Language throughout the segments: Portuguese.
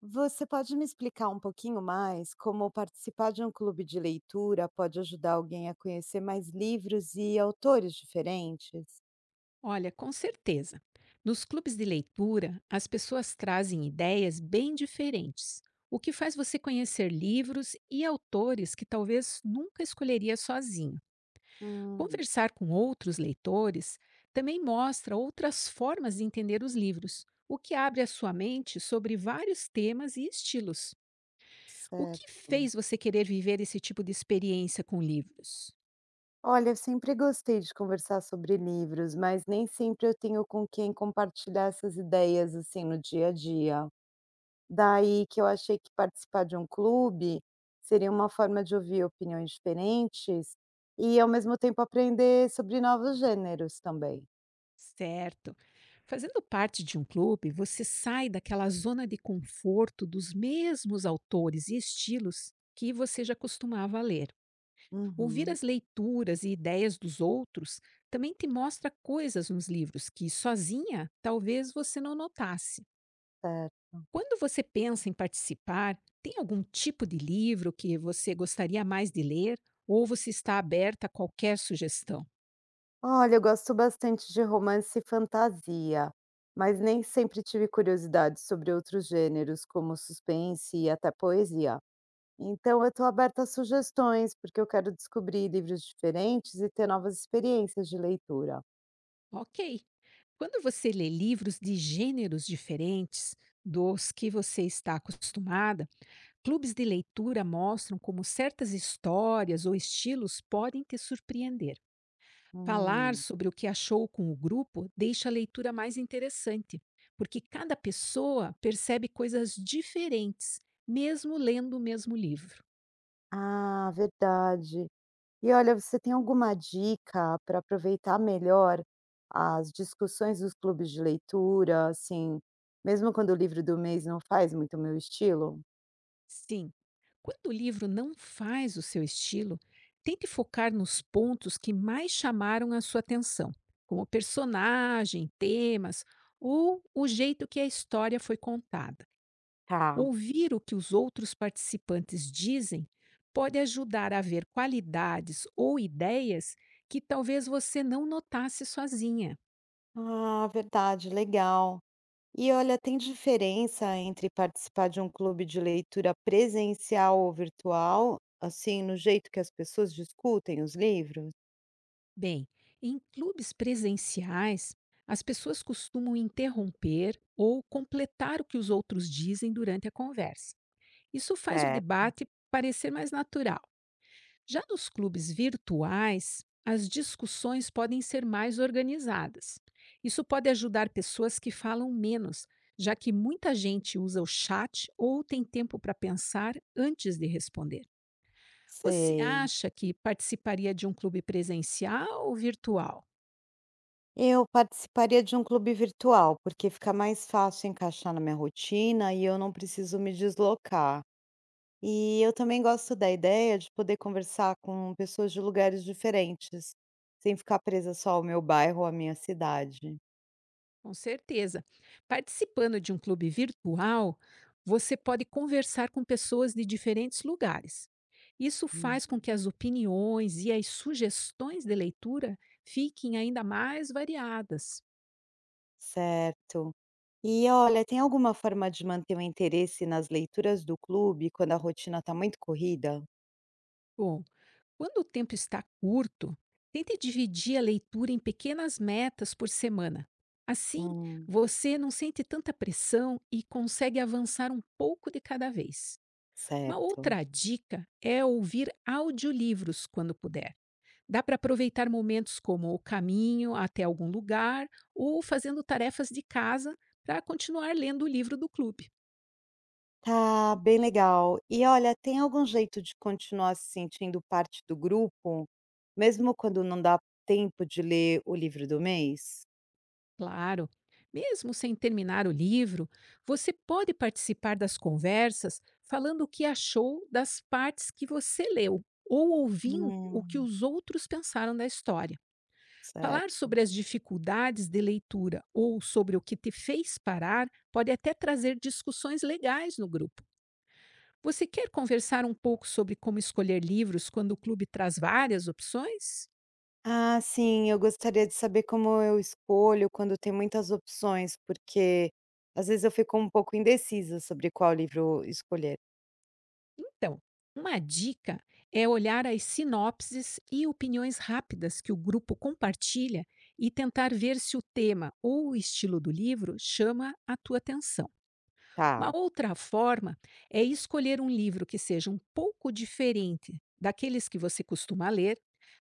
Você pode me explicar um pouquinho mais como participar de um clube de leitura pode ajudar alguém a conhecer mais livros e autores diferentes? Olha, com certeza. Nos clubes de leitura, as pessoas trazem ideias bem diferentes, o que faz você conhecer livros e autores que talvez nunca escolheria sozinho. Hum, Conversar com outros leitores também mostra outras formas de entender os livros, o que abre a sua mente sobre vários temas e estilos. O que certo. fez você querer viver esse tipo de experiência com livros? Olha, eu sempre gostei de conversar sobre livros, mas nem sempre eu tenho com quem compartilhar essas ideias assim no dia a dia. Daí que eu achei que participar de um clube seria uma forma de ouvir opiniões diferentes e ao mesmo tempo aprender sobre novos gêneros também. Certo. Fazendo parte de um clube, você sai daquela zona de conforto dos mesmos autores e estilos que você já costumava ler. Ouvir Uhum. as leituras e ideias dos outros também te mostra coisas nos livros que, sozinha, talvez você não notasse. Certo. Quando você pensa em participar, tem algum tipo de livro que você gostaria mais de ler ou você está aberta a qualquer sugestão? Olha, eu gosto bastante de romance e fantasia, mas nem sempre tive curiosidade sobre outros gêneros, como suspense e até poesia. Então, eu estou aberta a sugestões, porque eu quero descobrir livros diferentes e ter novas experiências de leitura. Ok. Quando você lê livros de gêneros diferentes dos que você está acostumada, clubes de leitura mostram como certas histórias ou estilos podem te surpreender. Falar Hum. sobre o que achou com o grupo deixa a leitura mais interessante, porque cada pessoa percebe coisas diferentes, mesmo lendo o mesmo livro. Ah, verdade. E olha, você tem alguma dica para aproveitar melhor as discussões dos clubes de leitura, assim, mesmo quando o livro do mês não faz muito o meu estilo? Sim. Quando o livro não faz o seu estilo, tente focar nos pontos que mais chamaram a sua atenção, como personagem, temas ou o jeito que a história foi contada. Tá. Ouvir o que os outros participantes dizem pode ajudar a ver qualidades ou ideias que talvez você não notasse sozinha. Ah, verdade, legal. E olha, tem diferença entre participar de um clube de leitura presencial ou virtual, assim, no jeito que as pessoas discutem os livros? Bem, em clubes presenciais, as pessoas costumam interromper ou completar o que os outros dizem durante a conversa. Isso faz o Certo. debate parecer mais natural. Já nos clubes virtuais, as discussões podem ser mais organizadas. Isso pode ajudar pessoas que falam menos, já que muita gente usa o chat ou tem tempo para pensar antes de responder. Você Sei. acha que participaria de um clube presencial ou virtual? Eu participaria de um clube virtual, porque fica mais fácil encaixar na minha rotina e eu não preciso me deslocar. E eu também gosto da ideia de poder conversar com pessoas de lugares diferentes, sem ficar presa só ao meu bairro ou à minha cidade. Com certeza. Participando de um clube virtual, você pode conversar com pessoas de diferentes lugares. Isso Hum. faz com que as opiniões e as sugestões de leitura fiquem ainda mais variadas. Certo. E olha, tem alguma forma de manter o interesse nas leituras do clube quando a rotina está muito corrida? Bom, quando o tempo está curto, tente dividir a leitura em pequenas metas por semana. Assim, Hum, você não sente tanta pressão e consegue avançar um pouco de cada vez. Uma certo. outra dica é ouvir audiolivros quando puder. Dá para aproveitar momentos como o caminho até algum lugar ou fazendo tarefas de casa para continuar lendo o livro do clube. Tá, bem legal. E olha, tem algum jeito de continuar se sentindo parte do grupo, mesmo quando não dá tempo de ler o livro do mês? Claro, mesmo sem terminar o livro, você pode participar das conversas falando o que achou das partes que você leu ou ouvindo o que Hum, os outros pensaram da história. Falar certo. sobre as dificuldades de leitura ou sobre o que te fez parar pode até trazer discussões legais no grupo. Você quer conversar um pouco sobre como escolher livros quando o clube traz várias opções? Ah, sim, eu gostaria de saber como eu escolho quando tem muitas opções, porque às vezes eu fico um pouco indecisa sobre qual livro escolher. Então, uma dica é olhar as sinopses e opiniões rápidas que o grupo compartilha e tentar ver se o tema ou o estilo do livro chama a tua atenção. Tá. Uma outra forma é escolher um livro que seja um pouco diferente daqueles que você costuma ler,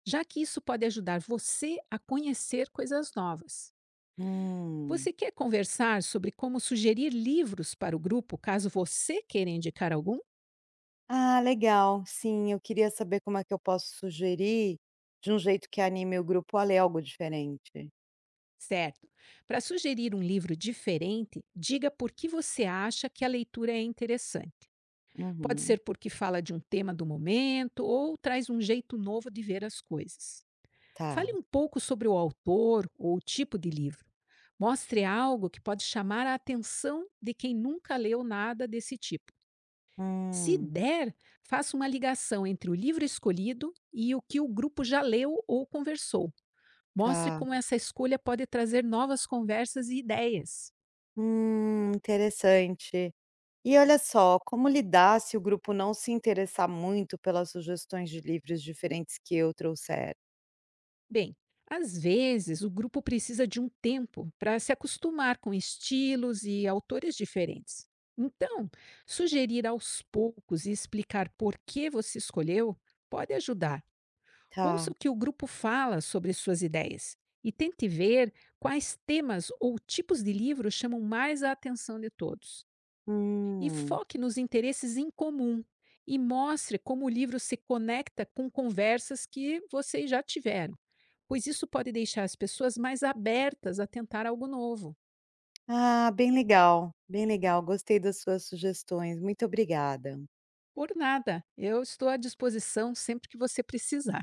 já que isso pode ajudar você a conhecer coisas novas. Hum. Você quer conversar sobre como sugerir livros para o grupo caso você queira indicar algum? Ah, legal. Sim, eu queria saber como é que eu posso sugerir de um jeito que anime o grupo a ler algo diferente. Certo. Para sugerir um livro diferente, diga por que você acha que a leitura é interessante. Pode Uhum. ser porque fala de um tema do momento ou traz um jeito novo de ver as coisas. Tá. Fale um pouco sobre o autor ou o tipo de livro. Mostre algo que pode chamar a atenção de quem nunca leu nada desse tipo. Se Hum, der, faça uma ligação entre o livro escolhido e o que o grupo já leu ou conversou. Mostre tá. como essa escolha pode trazer novas conversas e ideias. Interessante. E olha só, como lidar se o grupo não se interessar muito pelas sugestões de livros diferentes que eu trouxer? Bem, às vezes o grupo precisa de um tempo para se acostumar com estilos e autores diferentes. Então, sugerir aos poucos e explicar por que você escolheu pode ajudar. Ouça Tá. o que o grupo fala sobre suas ideias e tente ver quais temas ou tipos de livro chamam mais a atenção de todos. E Hum. foque nos interesses em comum e mostre como o livro se conecta com conversas que vocês já tiveram, pois isso pode deixar as pessoas mais abertas a tentar algo novo. Ah, bem legal. Bem legal. Gostei das suas sugestões. Muito obrigada. Por nada, eu estou à disposição sempre que você precisar.